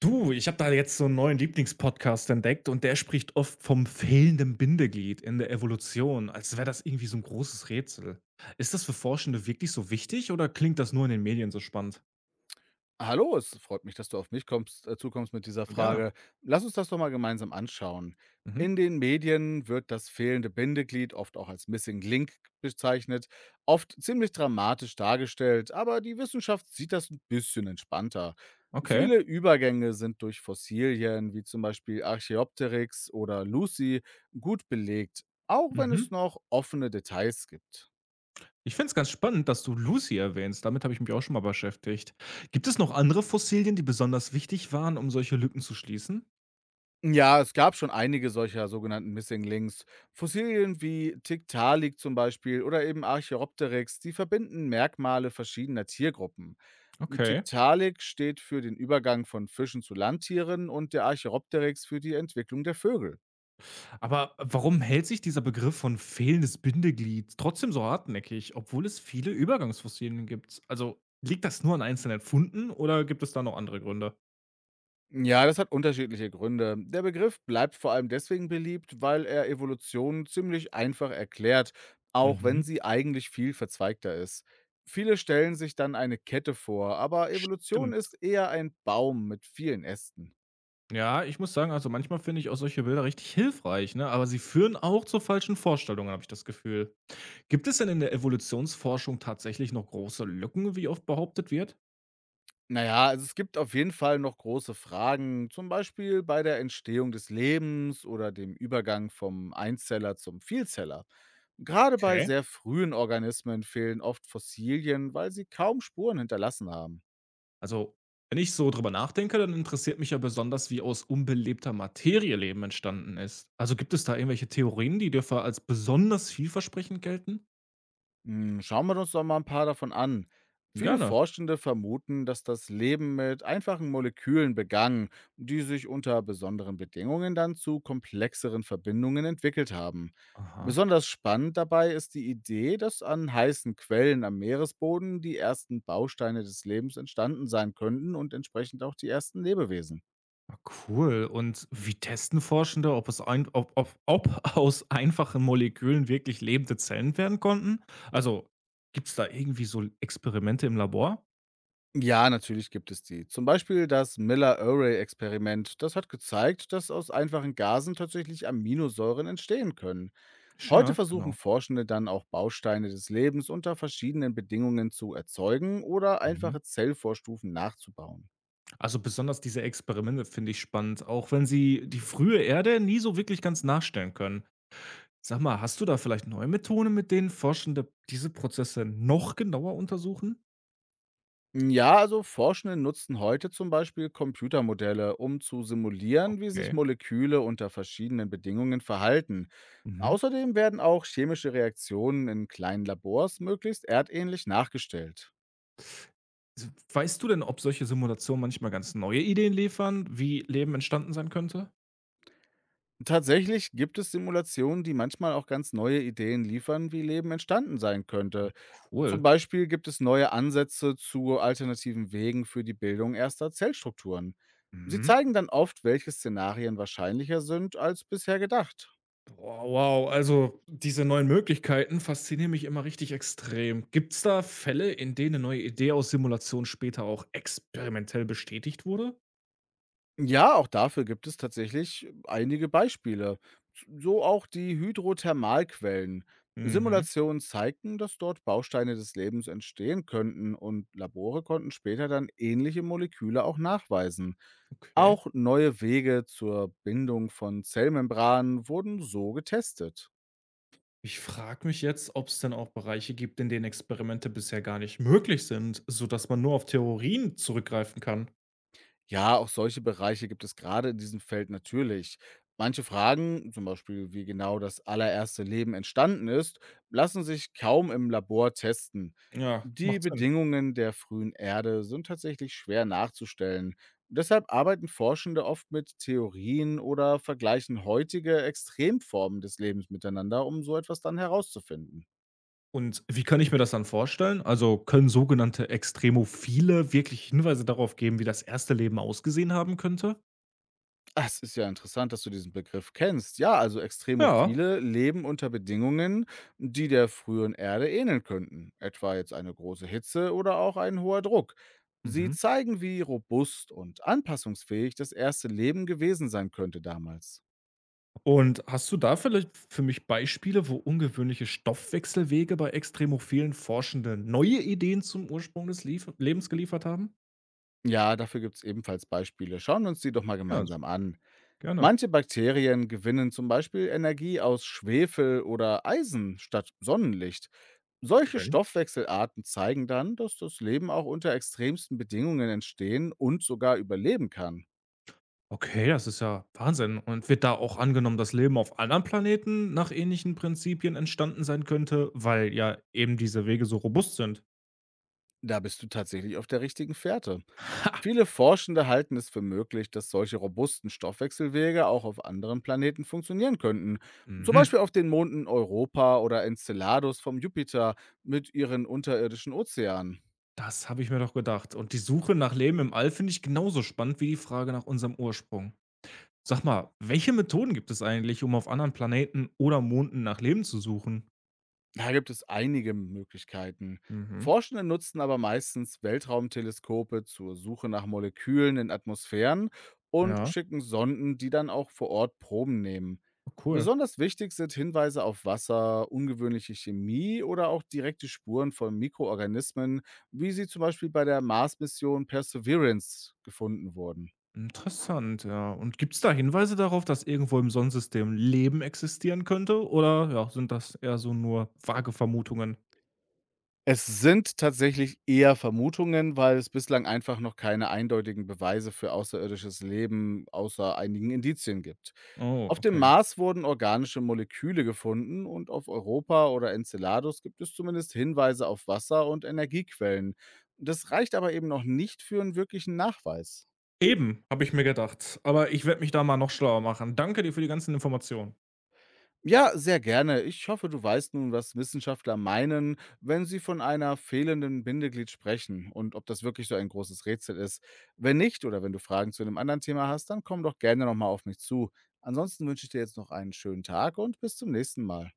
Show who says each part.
Speaker 1: Du, ich habe da jetzt so einen neuen Lieblingspodcast entdeckt und der spricht oft vom fehlenden Bindeglied in der Evolution, als wäre das irgendwie so ein großes Rätsel. Ist das für Forschende wirklich so wichtig oder klingt das nur in den Medien so spannend?
Speaker 2: Hallo, es freut mich, dass du auf mich kommst, zukommst mit dieser
Speaker 1: Gerne.
Speaker 2: Frage. Lass uns das doch mal gemeinsam anschauen.
Speaker 1: Mhm.
Speaker 2: In den Medien wird das fehlende Bindeglied oft auch als Missing Link bezeichnet, oft ziemlich dramatisch dargestellt, aber die Wissenschaft sieht das ein bisschen entspannter.
Speaker 1: Okay.
Speaker 2: Viele Übergänge sind durch Fossilien wie zum Beispiel Archaeopteryx oder Lucy gut belegt, auch wenn es
Speaker 1: Mhm.
Speaker 2: noch offene Details gibt.
Speaker 1: Ich finde es ganz spannend, dass du Lucy erwähnst. Damit habe ich mich auch schon mal beschäftigt. Gibt es noch andere Fossilien, die besonders wichtig waren, um solche Lücken zu schließen?
Speaker 2: Ja, es gab schon einige solcher sogenannten Missing Links. Fossilien wie Tiktaalik zum Beispiel oder eben Archaeopteryx, die verbinden Merkmale verschiedener Tiergruppen.
Speaker 1: Okay.
Speaker 2: Tiktaalik steht für den Übergang von Fischen zu Landtieren und der Archaeopteryx für die Entwicklung der Vögel.
Speaker 1: Aber warum hält sich dieser Begriff von fehlendes Bindeglied trotzdem so hartnäckig, obwohl es viele Übergangsfossilien gibt? Also liegt das nur an einzelnen Funden oder gibt es da noch andere Gründe?
Speaker 2: Ja, das hat unterschiedliche Gründe. Der Begriff bleibt vor allem deswegen beliebt, weil er Evolution ziemlich einfach erklärt, auch wenn
Speaker 1: Mhm.
Speaker 2: sie eigentlich viel verzweigter ist. Viele stellen sich dann eine Kette vor, aber Evolution
Speaker 1: Stimmt.
Speaker 2: ist eher ein Baum mit vielen Ästen.
Speaker 1: Ja, ich muss sagen, also manchmal finde ich auch solche Bilder richtig hilfreich, ne? Aber sie führen auch zu falschen Vorstellungen, habe ich das Gefühl. Gibt es denn in der Evolutionsforschung tatsächlich noch große Lücken, wie oft behauptet wird?
Speaker 2: Naja, also es gibt auf jeden Fall noch große Fragen, zum Beispiel bei der Entstehung des Lebens oder dem Übergang vom Einzeller zum Vielzeller. Gerade bei
Speaker 1: Okay.
Speaker 2: sehr frühen Organismen fehlen oft Fossilien, weil sie kaum Spuren hinterlassen haben.
Speaker 1: Also, wenn ich so drüber nachdenke, dann interessiert mich ja besonders, wie aus unbelebter Materie Leben entstanden ist. Also gibt es da irgendwelche Theorien, die dafür als besonders vielversprechend gelten?
Speaker 2: Hm, schauen wir uns doch mal ein paar davon an. Viele
Speaker 1: Gerne.
Speaker 2: Forschende vermuten, dass das Leben mit einfachen Molekülen begann, die sich unter besonderen Bedingungen dann zu komplexeren Verbindungen entwickelt haben.
Speaker 1: Aha.
Speaker 2: Besonders spannend dabei ist die Idee, dass an heißen Quellen am Meeresboden die ersten Bausteine des Lebens entstanden sein könnten und entsprechend auch die ersten Lebewesen.
Speaker 1: Ah, cool. Und wie testen Forschende, ob, es ein, ob, ob, ob aus einfachen Molekülen wirklich lebende Zellen werden konnten? Also gibt es da irgendwie so Experimente im Labor?
Speaker 2: Ja, natürlich gibt es die. Zum Beispiel das Miller-Urey-Experiment. Das hat gezeigt, dass aus einfachen Gasen tatsächlich Aminosäuren entstehen können. Heute
Speaker 1: Ja,
Speaker 2: versuchen
Speaker 1: genau.
Speaker 2: Forschende dann auch Bausteine des Lebens unter verschiedenen Bedingungen zu erzeugen oder
Speaker 1: Mhm.
Speaker 2: einfache Zellvorstufen nachzubauen.
Speaker 1: Also besonders diese Experimente finde ich spannend, auch wenn sie die frühe Erde nie so wirklich ganz nachstellen können. Sag mal, hast du da vielleicht neue Methoden, mit denen Forschende diese Prozesse noch genauer untersuchen?
Speaker 2: Hm, ja, also Forschende nutzen heute zum Beispiel Computermodelle, um zu simulieren, wie sich
Speaker 1: Okay.
Speaker 2: Moleküle unter verschiedenen Bedingungen verhalten.
Speaker 1: Mhm.
Speaker 2: Außerdem werden auch chemische Reaktionen in kleinen Labors möglichst erdähnlich nachgestellt.
Speaker 1: Weißt du denn, ob solche Simulationen manchmal ganz neue Ideen liefern, wie Leben entstanden sein könnte?
Speaker 2: Tatsächlich gibt es Simulationen, die manchmal auch ganz neue Ideen liefern, wie Leben entstanden sein könnte. Zum
Speaker 1: Cool.
Speaker 2: Beispiel gibt es neue Ansätze zu alternativen Wegen für die Bildung erster Zellstrukturen. Sie
Speaker 1: Mhm.
Speaker 2: zeigen dann oft, welche Szenarien wahrscheinlicher sind als bisher gedacht.
Speaker 1: Boah, wow, also diese neuen Möglichkeiten faszinieren mich immer richtig extrem. Gibt es da Fälle, in denen eine neue Idee aus Simulation später auch experimentell bestätigt wurde?
Speaker 2: Ja, auch dafür gibt es tatsächlich einige Beispiele. So auch die Hydrothermalquellen.
Speaker 1: Mhm,
Speaker 2: Simulationen zeigten, dass dort Bausteine des Lebens entstehen könnten und Labore konnten später dann ähnliche Moleküle auch nachweisen.
Speaker 1: okay.
Speaker 2: Auch neue Wege zur Bindung von Zellmembranen wurden so getestet.
Speaker 1: Ich frage mich jetzt, ob es denn auch Bereiche gibt, in denen Experimente bisher gar nicht möglich sind, sodass man nur auf Theorien zurückgreifen kann.
Speaker 2: Ja, auch solche Bereiche gibt es gerade in diesem Feld natürlich. Manche Fragen, zum Beispiel wie genau das allererste Leben entstanden ist, lassen sich kaum im Labor testen.
Speaker 1: Ja,
Speaker 2: Die
Speaker 1: macht Sinn.
Speaker 2: Bedingungen der frühen Erde sind tatsächlich schwer nachzustellen. Deshalb arbeiten Forschende oft mit Theorien oder vergleichen heutige Extremformen des Lebens miteinander, um so etwas dann herauszufinden.
Speaker 1: Und wie kann ich mir das dann vorstellen? Also, können sogenannte Extremophile wirklich Hinweise darauf geben, wie das erste Leben ausgesehen haben könnte?
Speaker 2: Das ist ja interessant, dass du diesen Begriff kennst. Ja, also
Speaker 1: Ja.
Speaker 2: Extremophile leben unter Bedingungen, die der frühen Erde ähneln könnten, etwa jetzt eine große Hitze oder auch ein hoher Druck. Sie
Speaker 1: Mhm.
Speaker 2: zeigen, wie robust und anpassungsfähig das erste Leben gewesen sein könnte damals.
Speaker 1: Und hast du da vielleicht für mich Beispiele, wo ungewöhnliche Stoffwechselwege bei extremophilen Forschenden neue Ideen zum Ursprung des Lief Lebens geliefert haben?
Speaker 2: Ja, dafür gibt es ebenfalls Beispiele. Schauen wir uns die doch mal
Speaker 1: Ja,
Speaker 2: gemeinsam an.
Speaker 1: gerne.
Speaker 2: Manche Bakterien gewinnen zum Beispiel Energie aus Schwefel oder Eisen statt Sonnenlicht. Solche
Speaker 1: Okay.
Speaker 2: Stoffwechselarten zeigen dann, dass das Leben auch unter extremsten Bedingungen entstehen und sogar überleben kann.
Speaker 1: Okay, das ist ja Wahnsinn. Und wird da auch angenommen, dass Leben auf anderen Planeten nach ähnlichen Prinzipien entstanden sein könnte, weil ja eben diese Wege so robust sind?
Speaker 2: Da bist du tatsächlich auf der richtigen Fährte. Viele Forschende halten es für möglich, dass solche robusten Stoffwechselwege auch auf anderen Planeten funktionieren könnten. Zum
Speaker 1: Mhm.
Speaker 2: Beispiel auf den Monden Europa oder Enceladus vom Jupiter mit ihren unterirdischen Ozeanen.
Speaker 1: Das habe ich mir doch gedacht. Und die Suche nach Leben im All finde ich genauso spannend wie die Frage nach unserem Ursprung. Sag mal, welche Methoden gibt es eigentlich, um auf anderen Planeten oder Monden nach Leben zu suchen?
Speaker 2: Da gibt es einige Möglichkeiten.
Speaker 1: Mhm.
Speaker 2: Forschende nutzen aber meistens Weltraumteleskope zur Suche nach Molekülen in Atmosphären und
Speaker 1: Ja,
Speaker 2: schicken Sonden, die dann auch vor Ort Proben nehmen.
Speaker 1: cool.
Speaker 2: Besonders wichtig sind Hinweise auf Wasser, ungewöhnliche Chemie oder auch direkte Spuren von Mikroorganismen, wie sie zum Beispiel bei der Mars-Mission Perseverance gefunden wurden.
Speaker 1: Interessant, ja. Und gibt es da Hinweise darauf, dass irgendwo im Sonnensystem Leben existieren könnte oder, ja, sind das eher so nur vage Vermutungen?
Speaker 2: Es sind tatsächlich eher Vermutungen, weil es bislang einfach noch keine eindeutigen Beweise für außerirdisches Leben außer einigen Indizien gibt.
Speaker 1: Oh,
Speaker 2: Auf dem
Speaker 1: okay.
Speaker 2: Mars wurden organische Moleküle gefunden und auf Europa oder Enceladus gibt es zumindest Hinweise auf Wasser und Energiequellen. Das reicht aber eben noch nicht für einen wirklichen Nachweis.
Speaker 1: Eben, habe ich mir gedacht. Aber ich werde mich da mal noch schlauer machen. Danke dir für die ganzen Informationen.
Speaker 2: Ja, sehr gerne. Ich hoffe, du weißt nun, was Wissenschaftler meinen, wenn sie von einer fehlenden Bindeglied sprechen und ob das wirklich so ein großes Rätsel ist. Wenn nicht oder wenn du Fragen zu einem anderen Thema hast, dann komm doch gerne nochmal auf mich zu. Ansonsten wünsche ich dir jetzt noch einen schönen Tag und bis zum nächsten Mal.